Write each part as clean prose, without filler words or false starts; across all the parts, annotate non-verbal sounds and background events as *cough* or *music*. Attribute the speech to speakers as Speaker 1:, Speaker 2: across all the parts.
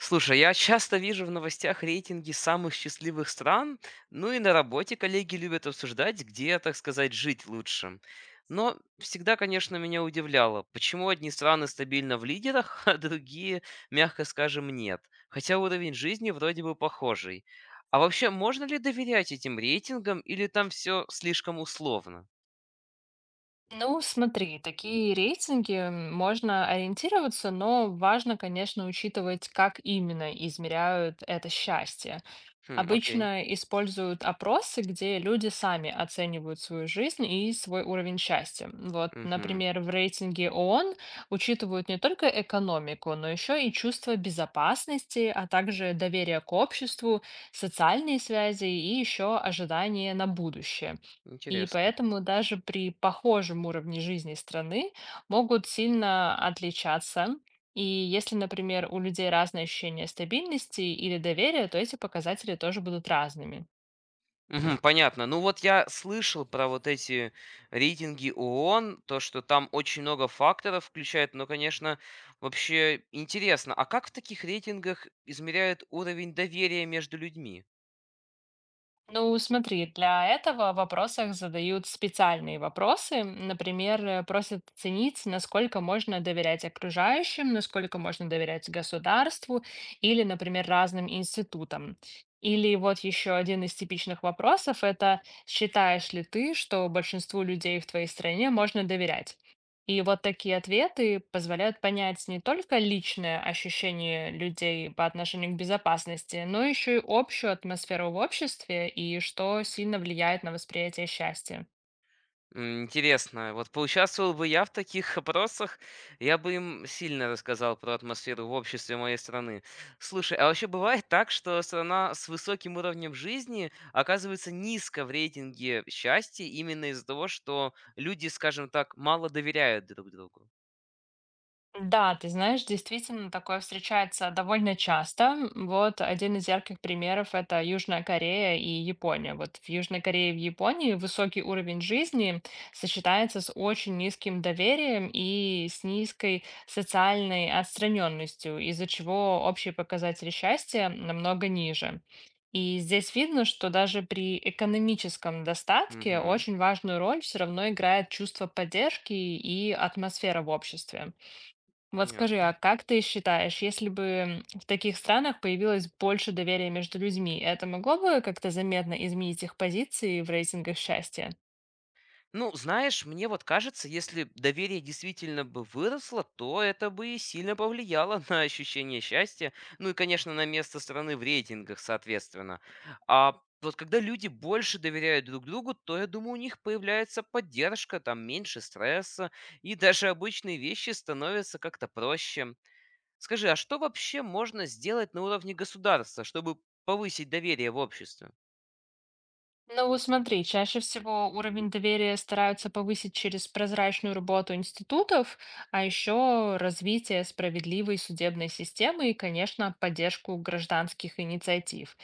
Speaker 1: Слушай, я часто вижу в новостях рейтинги самых счастливых стран, ну и на работе коллеги любят обсуждать, где, так сказать, жить лучше. Но всегда, конечно, меня удивляло, почему одни страны стабильно в лидерах, *laughs* а другие, мягко скажем, нет. Хотя уровень жизни вроде бы похожий. А вообще, можно ли доверять этим рейтингам или там все слишком условно?
Speaker 2: Ну, смотри, такие рейтинги можно ориентироваться, но важно, конечно, учитывать, как именно измеряют это счастье.
Speaker 1: Хм, окей.
Speaker 2: Обычно используют опросы, где люди сами оценивают свою жизнь и свой уровень счастья. Вот,
Speaker 1: Угу.
Speaker 2: например, в рейтинге ООН учитывают не только экономику, но еще и чувство безопасности, а также доверие к обществу, социальные связи и еще ожидания на будущее. И
Speaker 1: Интересно.
Speaker 2: поэтому даже при похожем уровне жизни страны могут сильно отличаться, и если, например, у людей разные ощущения стабильности или доверия, то эти показатели тоже будут разными.
Speaker 1: Мгм. Понятно. Ну вот я слышал про вот эти рейтинги ООН, то, что там очень много факторов включают, но, конечно, вообще интересно, а как в таких рейтингах измеряют уровень доверия между людьми?
Speaker 2: Ну, смотри, для этого в вопросах задают специальные вопросы. Например, просят оценить, насколько можно доверять окружающим, насколько можно доверять государству или, например, разным институтам. Или вот еще один из типичных вопросов — это «Считаешь ли ты, что большинству людей в твоей стране можно доверять?» И вот такие ответы позволяют понять не только личное ощущение людей по отношению к безопасности, но еще и общую атмосферу в обществе, и что сильно влияет на восприятие счастья.
Speaker 1: М, интересно, вот поучаствовал бы я в таких опросах, я бы им сильно рассказал про атмосферу в обществе моей страны. Слушай, а вообще бывает так, что страна с высоким уровнем жизни оказывается низко в рейтинге счастья именно из-за того, что люди, скажем так, мало доверяют друг другу?
Speaker 2: Да, ты знаешь, действительно такое встречается довольно часто. Вот один из ярких примеров — это Южная Корея и Япония. Вот в Южной Корее и в Японии высокий уровень жизни сочетается с очень низким доверием и с низкой социальной отстраненностью, из-за чего общие показатели счастья намного ниже. И здесь видно, что даже при экономическом достатке
Speaker 1: Угу,
Speaker 2: очень важную роль все равно играет чувство поддержки и атмосфера в обществе. Вот скажи,
Speaker 1: понятно.
Speaker 2: а как ты считаешь, если бы в таких странах появилось больше доверия между людьми, это могло бы как-то заметно изменить их позиции в рейтингах счастья?
Speaker 1: Ну, знаешь, мне вот кажется, если доверие действительно бы выросло, то это бы и сильно повлияло *laughs* на ощущение счастья, ну и, конечно, на место страны в рейтингах, соответственно. А вот когда люди больше доверяют друг другу, то, я думаю, у них появляется поддержка, там меньше стресса, и даже обычные вещи становятся как-то проще. Скажи, а что вообще можно сделать на уровне государства, чтобы повысить доверие в обществе?
Speaker 2: Ну, вот смотри, чаще всего уровень доверия стараются повысить через прозрачную работу институтов, а еще развитие справедливой судебной системы и, конечно, поддержку гражданских инициатив.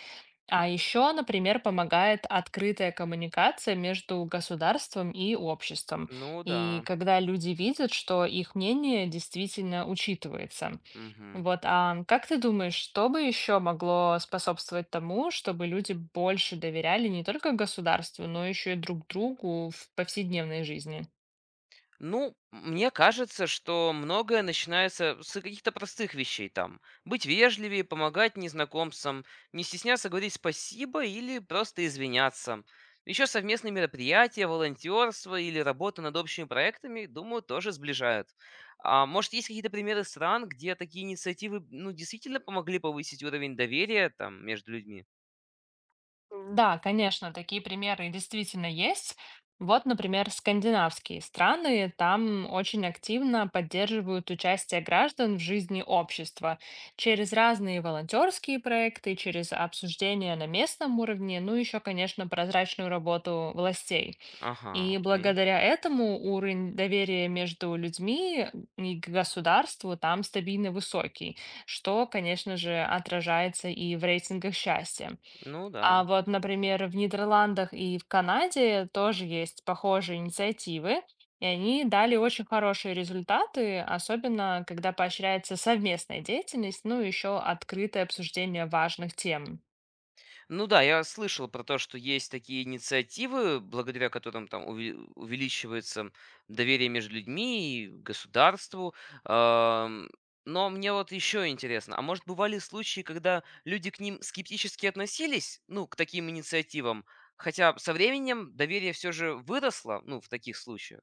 Speaker 2: А еще, например, помогает открытая коммуникация между государством и обществом.
Speaker 1: Ну
Speaker 2: И
Speaker 1: да.
Speaker 2: когда люди видят, что их мнение действительно учитывается.
Speaker 1: Угу.
Speaker 2: Вот, а как ты думаешь, что бы еще могло способствовать тому, чтобы люди больше доверяли не только государству, но еще и друг другу в повседневной жизни?
Speaker 1: Ну, мне кажется, что многое начинается с каких-то простых вещей там. Быть вежливее, помогать незнакомцам, не стесняться говорить спасибо или просто извиняться. Еще совместные мероприятия, волонтерство или работа над общими проектами, думаю, тоже сближают. А может, есть какие-то примеры стран, где такие инициативы, ну, действительно помогли повысить уровень доверия там, между людьми?
Speaker 2: Да, конечно, такие примеры действительно есть. Вот, например, скандинавские страны, там очень активно поддерживают участие граждан в жизни общества через разные волонтерские проекты, через обсуждения на местном уровне, ну еще, конечно, прозрачную работу властей.
Speaker 1: Ага,
Speaker 2: И
Speaker 1: окей.
Speaker 2: благодаря этому уровень доверия между людьми и к государству там стабильно высокий, что, конечно же, отражается и в рейтингах счастья.
Speaker 1: Ну да.
Speaker 2: А вот, например, в Нидерландах и в Канаде тоже есть похожие инициативы, и они дали очень хорошие результаты, особенно когда поощряется совместная деятельность, ну и еще открытое обсуждение важных тем.
Speaker 1: Ну да, я слышал про то, что есть такие инициативы, благодаря которым там увеличивается доверие между людьми и государству. Ам, но мне вот еще интересно, а может бывали случаи, когда люди к ним скептически относились, ну, к таким инициативам, хотя со временем доверие все же выросло, ну, в таких случаях?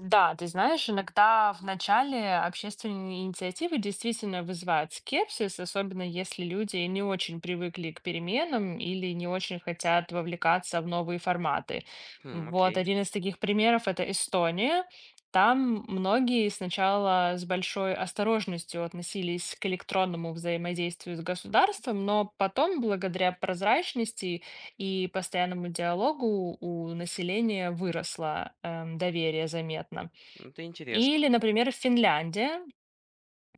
Speaker 2: Да, ты знаешь, иногда в начале общественные инициативы действительно вызывают скепсис, особенно если люди не очень привыкли к переменам или не очень хотят вовлекаться в новые форматы.
Speaker 1: Хм,
Speaker 2: Вот
Speaker 1: окей,
Speaker 2: один из таких примеров — это Эстония. Там многие сначала с большой осторожностью относились к электронному взаимодействию с государством, но потом, благодаря прозрачности и постоянному диалогу, у населения выросло доверие заметно.
Speaker 1: это интересно.
Speaker 2: Или, например, в Финляндии.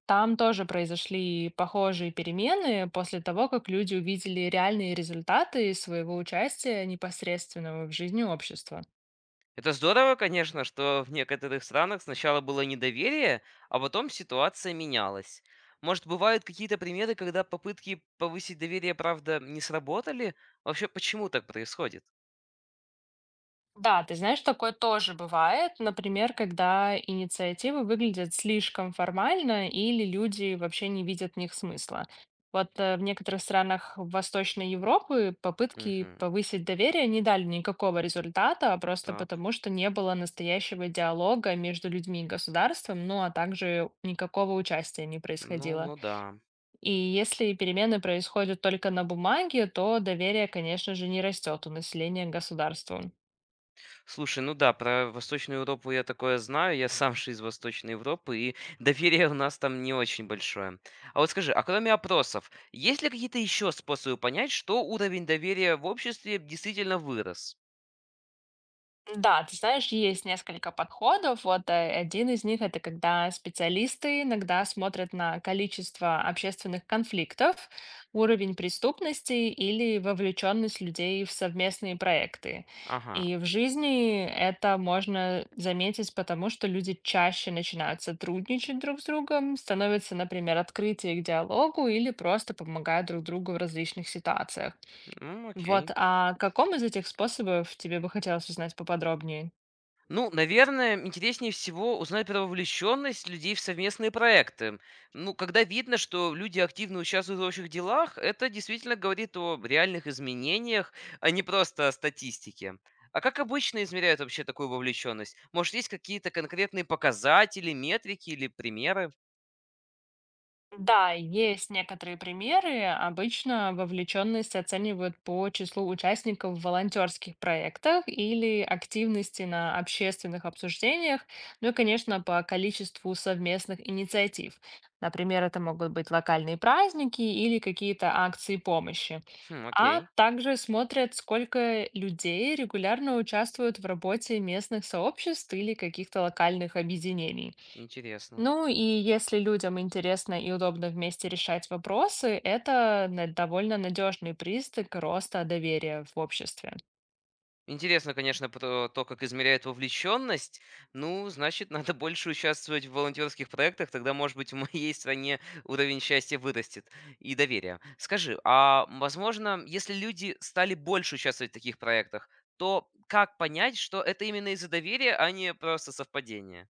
Speaker 2: Там тоже произошли похожие перемены после того, как люди увидели реальные результаты своего участия непосредственного в жизни общества.
Speaker 1: Это здорово, конечно, что в некоторых странах сначала было недоверие, а потом ситуация менялась. Может, бывают какие-то примеры, когда попытки повысить доверие, правда, не сработали? Вообще, почему так происходит?
Speaker 2: Да, ты знаешь, такое тоже бывает. Например, когда инициативы выглядят слишком формально или люди вообще не видят в них смысла. Вот в некоторых странах Восточной Европы попытки
Speaker 1: Мгм.
Speaker 2: повысить доверие не дали никакого результата, а просто
Speaker 1: Так,
Speaker 2: потому, что не было настоящего диалога между людьми и государством, ну а также никакого участия не
Speaker 1: ну,
Speaker 2: происходило.
Speaker 1: ну да.
Speaker 2: И если перемены происходят только на бумаге, то доверие, конечно же, не растет у населения к государству.
Speaker 1: Слушай, ну да, про Восточную Европу я такое знаю, я сам же из Восточной Европы, и *laughs* доверие у нас там не очень большое. А вот скажи, а кроме опросов, есть ли какие-то еще способы понять, что уровень доверия в обществе действительно вырос?
Speaker 2: Да, ты знаешь, есть несколько подходов. Вот один из них — это когда специалисты иногда смотрят на количество общественных конфликтов, уровень преступности или вовлеченность людей в совместные проекты.
Speaker 1: Ага.
Speaker 2: И в жизни это можно заметить потому, что люди чаще начинают сотрудничать друг с другом, становятся, например, открытие к диалогу или просто помогают друг другу в различных ситуациях.
Speaker 1: М,
Speaker 2: Вот,
Speaker 1: окей.
Speaker 2: а о каком из этих способов тебе бы хотелось узнать поподробнее?
Speaker 1: Ну, наверное, интереснее всего узнать про вовлеченность людей в совместные проекты. Ну, когда видно, что люди активно участвуют в общих делах, это действительно говорит о реальных изменениях, а не просто о статистике. А как обычно измеряют вообще такую вовлеченность? Может, есть какие-то конкретные показатели, метрики или примеры?
Speaker 2: Да, есть некоторые примеры. Обычно вовлеченность оценивают по числу участников в волонтерских проектах или активности на общественных обсуждениях, ну и, конечно, по количеству совместных инициатив. Например, это могут быть локальные праздники или какие-то акции помощи.
Speaker 1: Хм,
Speaker 2: А
Speaker 1: окей,
Speaker 2: также смотрят, сколько людей регулярно участвуют в работе местных сообществ или каких-то локальных объединений.
Speaker 1: интересно.
Speaker 2: Ну и если людям интересно и удобно вместе решать вопросы, это довольно надежный признак роста доверия в обществе.
Speaker 1: Интересно, конечно, про то, как измеряют вовлеченность. Ну, значит, *laughs* надо больше участвовать в волонтерских проектах, тогда, может быть, в моей стране уровень счастья вырастет и доверия. Скажи, а возможно, если люди стали больше участвовать в таких проектах, то как понять, что это именно из-за доверия, а не просто совпадение?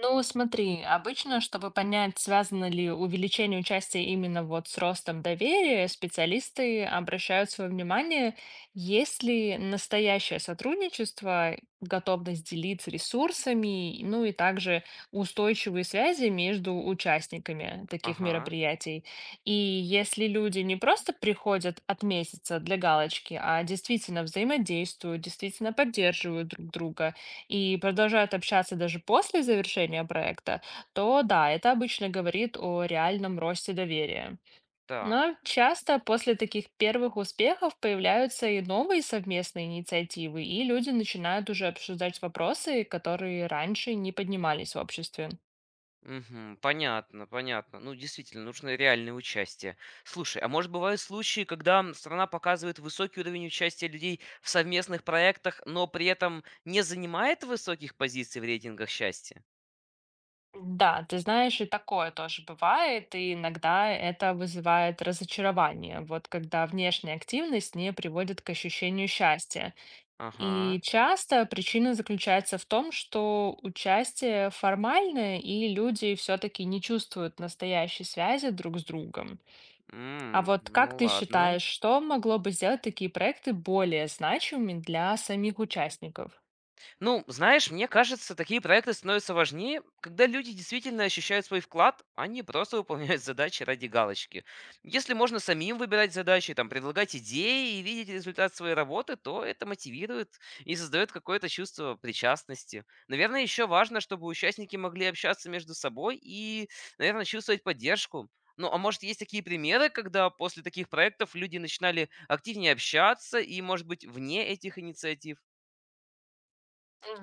Speaker 2: Ну, смотри, обычно, чтобы понять, связано ли увеличение участия именно вот с ростом доверия, специалисты обращают свое внимание, есть ли настоящее сотрудничество, готовность делиться ресурсами, ну и также устойчивые связи между участниками таких
Speaker 1: Ага,
Speaker 2: мероприятий. И если люди не просто приходят от месяца для галочки, а действительно взаимодействуют, действительно поддерживают друг друга, и продолжают общаться даже после завершения проекта, то да, это обычно говорит о реальном росте доверия.
Speaker 1: так.
Speaker 2: Но часто после таких первых успехов появляются и новые совместные инициативы, и люди начинают уже обсуждать вопросы, которые раньше не поднимались в обществе.
Speaker 1: Мгм. Понятно. Ну, действительно, нужно реальное участие. Слушай, а может бывают случаи, когда страна показывает высокий уровень участия людей в совместных проектах, но при этом не занимает высоких позиций в рейтингах счастья?
Speaker 2: Да, ты знаешь, и такое тоже бывает, и иногда это вызывает разочарование, вот когда внешняя активность не приводит к ощущению счастья. И
Speaker 1: Ага.
Speaker 2: часто причина заключается в том, что участие формальное, и люди все-таки не чувствуют настоящей связи друг с другом. А
Speaker 1: М,
Speaker 2: вот как
Speaker 1: ну
Speaker 2: ты
Speaker 1: ладно.
Speaker 2: считаешь, что могло бы сделать такие проекты более значимыми для самих участников?
Speaker 1: Ну, знаешь, мне кажется, такие проекты становятся важнее, когда люди действительно ощущают свой вклад, а не просто выполняют *laughs* задачи ради галочки. Если можно самим выбирать задачи, там, предлагать идеи и видеть результат своей работы, то это мотивирует и создает какое-то чувство причастности. Наверное, еще важно, чтобы участники могли общаться между собой и, наверное, чувствовать поддержку. Ну, а может, есть такие примеры, когда после таких проектов люди начинали активнее общаться и, может быть, вне этих инициатив?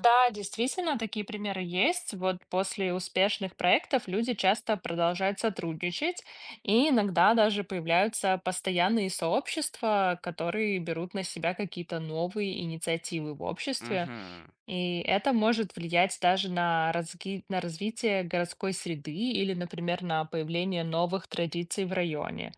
Speaker 2: Да, действительно, такие примеры есть. Вот после успешных проектов люди часто продолжают сотрудничать, и иногда даже появляются постоянные сообщества, которые берут на себя какие-то новые инициативы в обществе.
Speaker 1: Угу.
Speaker 2: И это может влиять даже на, на развитие городской среды или, например, на появление новых традиций в районе.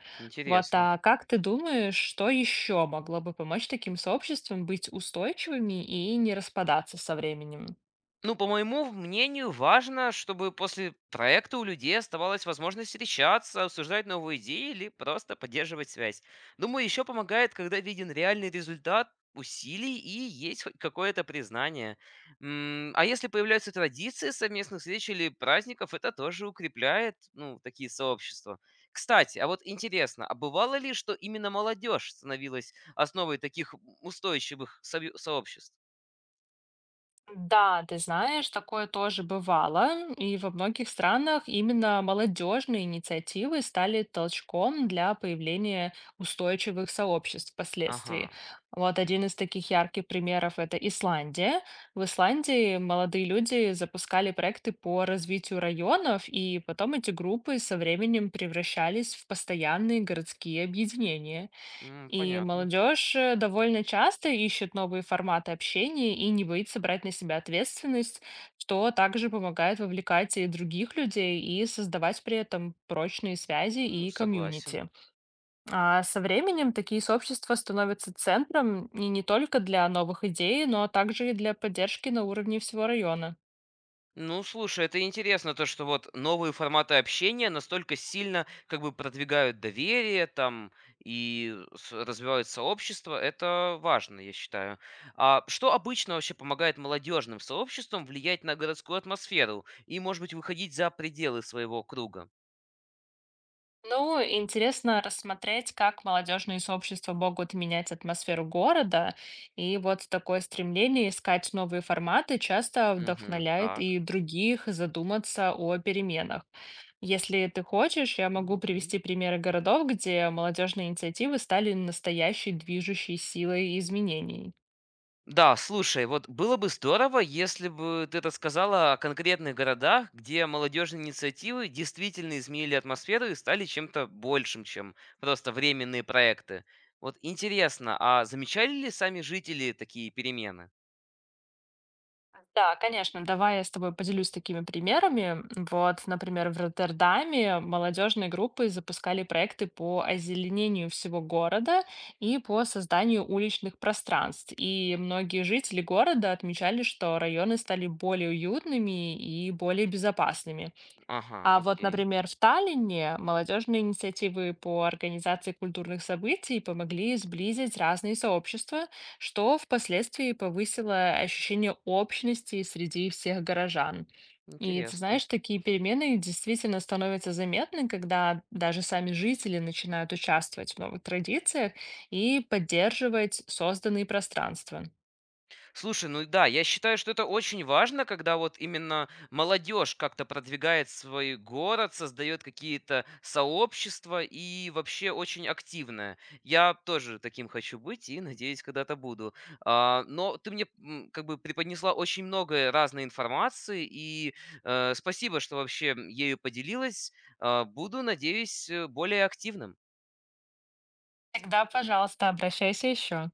Speaker 2: Вот,
Speaker 1: Интересно.
Speaker 2: а как ты думаешь, что еще могло бы помочь таким сообществам быть устойчивыми и не распадаться со временем?
Speaker 1: Ну, по моему мнению, важно, чтобы после проекта у людей оставалась возможность встречаться, обсуждать новые идеи или просто поддерживать связь. Думаю, еще помогает, когда виден реальный результат усилий и есть хоть какое-то признание. М, а если появляются традиции совместных встреч или праздников, это тоже укрепляет, ну, такие сообщества. Кстати, а вот интересно, а бывало ли, что именно молодежь становилась основой таких устойчивых сообществ?
Speaker 2: Да, ты знаешь, такое тоже бывало, и во многих странах именно молодежные инициативы стали толчком для появления устойчивых сообществ впоследствии.
Speaker 1: Ага.
Speaker 2: Вот один из таких ярких примеров — это Исландия. В Исландии молодые люди запускали проекты по развитию районов, и потом эти группы со временем превращались в постоянные городские объединения.
Speaker 1: М,
Speaker 2: И
Speaker 1: понятно.
Speaker 2: молодежь довольно часто ищет новые форматы общения и не боится брать на себя ответственность, что также помогает вовлекать и других людей и создавать при этом прочные связи
Speaker 1: М,
Speaker 2: и
Speaker 1: согласен.
Speaker 2: комьюнити. А со временем такие сообщества становятся центром и не только для новых идей, но также и для поддержки на уровне всего района.
Speaker 1: Ну, слушай, это интересно, то, что вот новые форматы общения настолько сильно как бы продвигают доверие там и развивают сообщество. Это важно, я считаю. А что обычно вообще помогает молодежным сообществам влиять на городскую атмосферу и, может быть, выходить за пределы своего круга?
Speaker 2: Ну, интересно рассмотреть, как молодежные сообщества могут менять атмосферу города. И вот такое стремление искать новые форматы часто
Speaker 1: Угу,
Speaker 2: вдохновляет
Speaker 1: так,
Speaker 2: и других задуматься о переменах. Если ты хочешь, я
Speaker 1: м,
Speaker 2: могу
Speaker 1: окей.
Speaker 2: привести примеры городов, где молодежные инициативы стали настоящей движущей силой изменений.
Speaker 1: Да, слушай, вот было бы здорово, если бы ты рассказала о конкретных городах, где молодежные инициативы действительно изменили атмосферу и стали чем-то большим, чем просто временные проекты. Вот интересно, а замечали ли сами жители такие перемены?
Speaker 2: Да, конечно, давай я с тобой поделюсь такими примерами. Вот, например, в Роттердаме молодежные группы запускали проекты по озеленению всего города и по созданию уличных пространств. И многие жители города отмечали, что районы стали более уютными и более безопасными.
Speaker 1: Ага,
Speaker 2: А вот,
Speaker 1: окей,
Speaker 2: например, в Таллине молодежные инициативы по организации культурных событий помогли сблизить разные сообщества, что впоследствии повысило ощущение общности среди всех горожан. И ты
Speaker 1: интересно.
Speaker 2: знаешь, такие перемены действительно становятся заметны, когда даже сами жители начинают участвовать в новых традициях и поддерживать созданные пространства.
Speaker 1: Слушай, ну да, я считаю, что это очень важно, когда вот именно молодежь как-то продвигает свой город, создает какие-то сообщества и вообще очень активная. Я тоже таким хочу быть и надеюсь, когда-то буду. А, но ты мне как бы преподнесла очень много разной информации и спасибо, что вообще ею поделилась. А, буду, надеюсь, более активным.
Speaker 2: Тогда, пожалуйста, обращайся еще.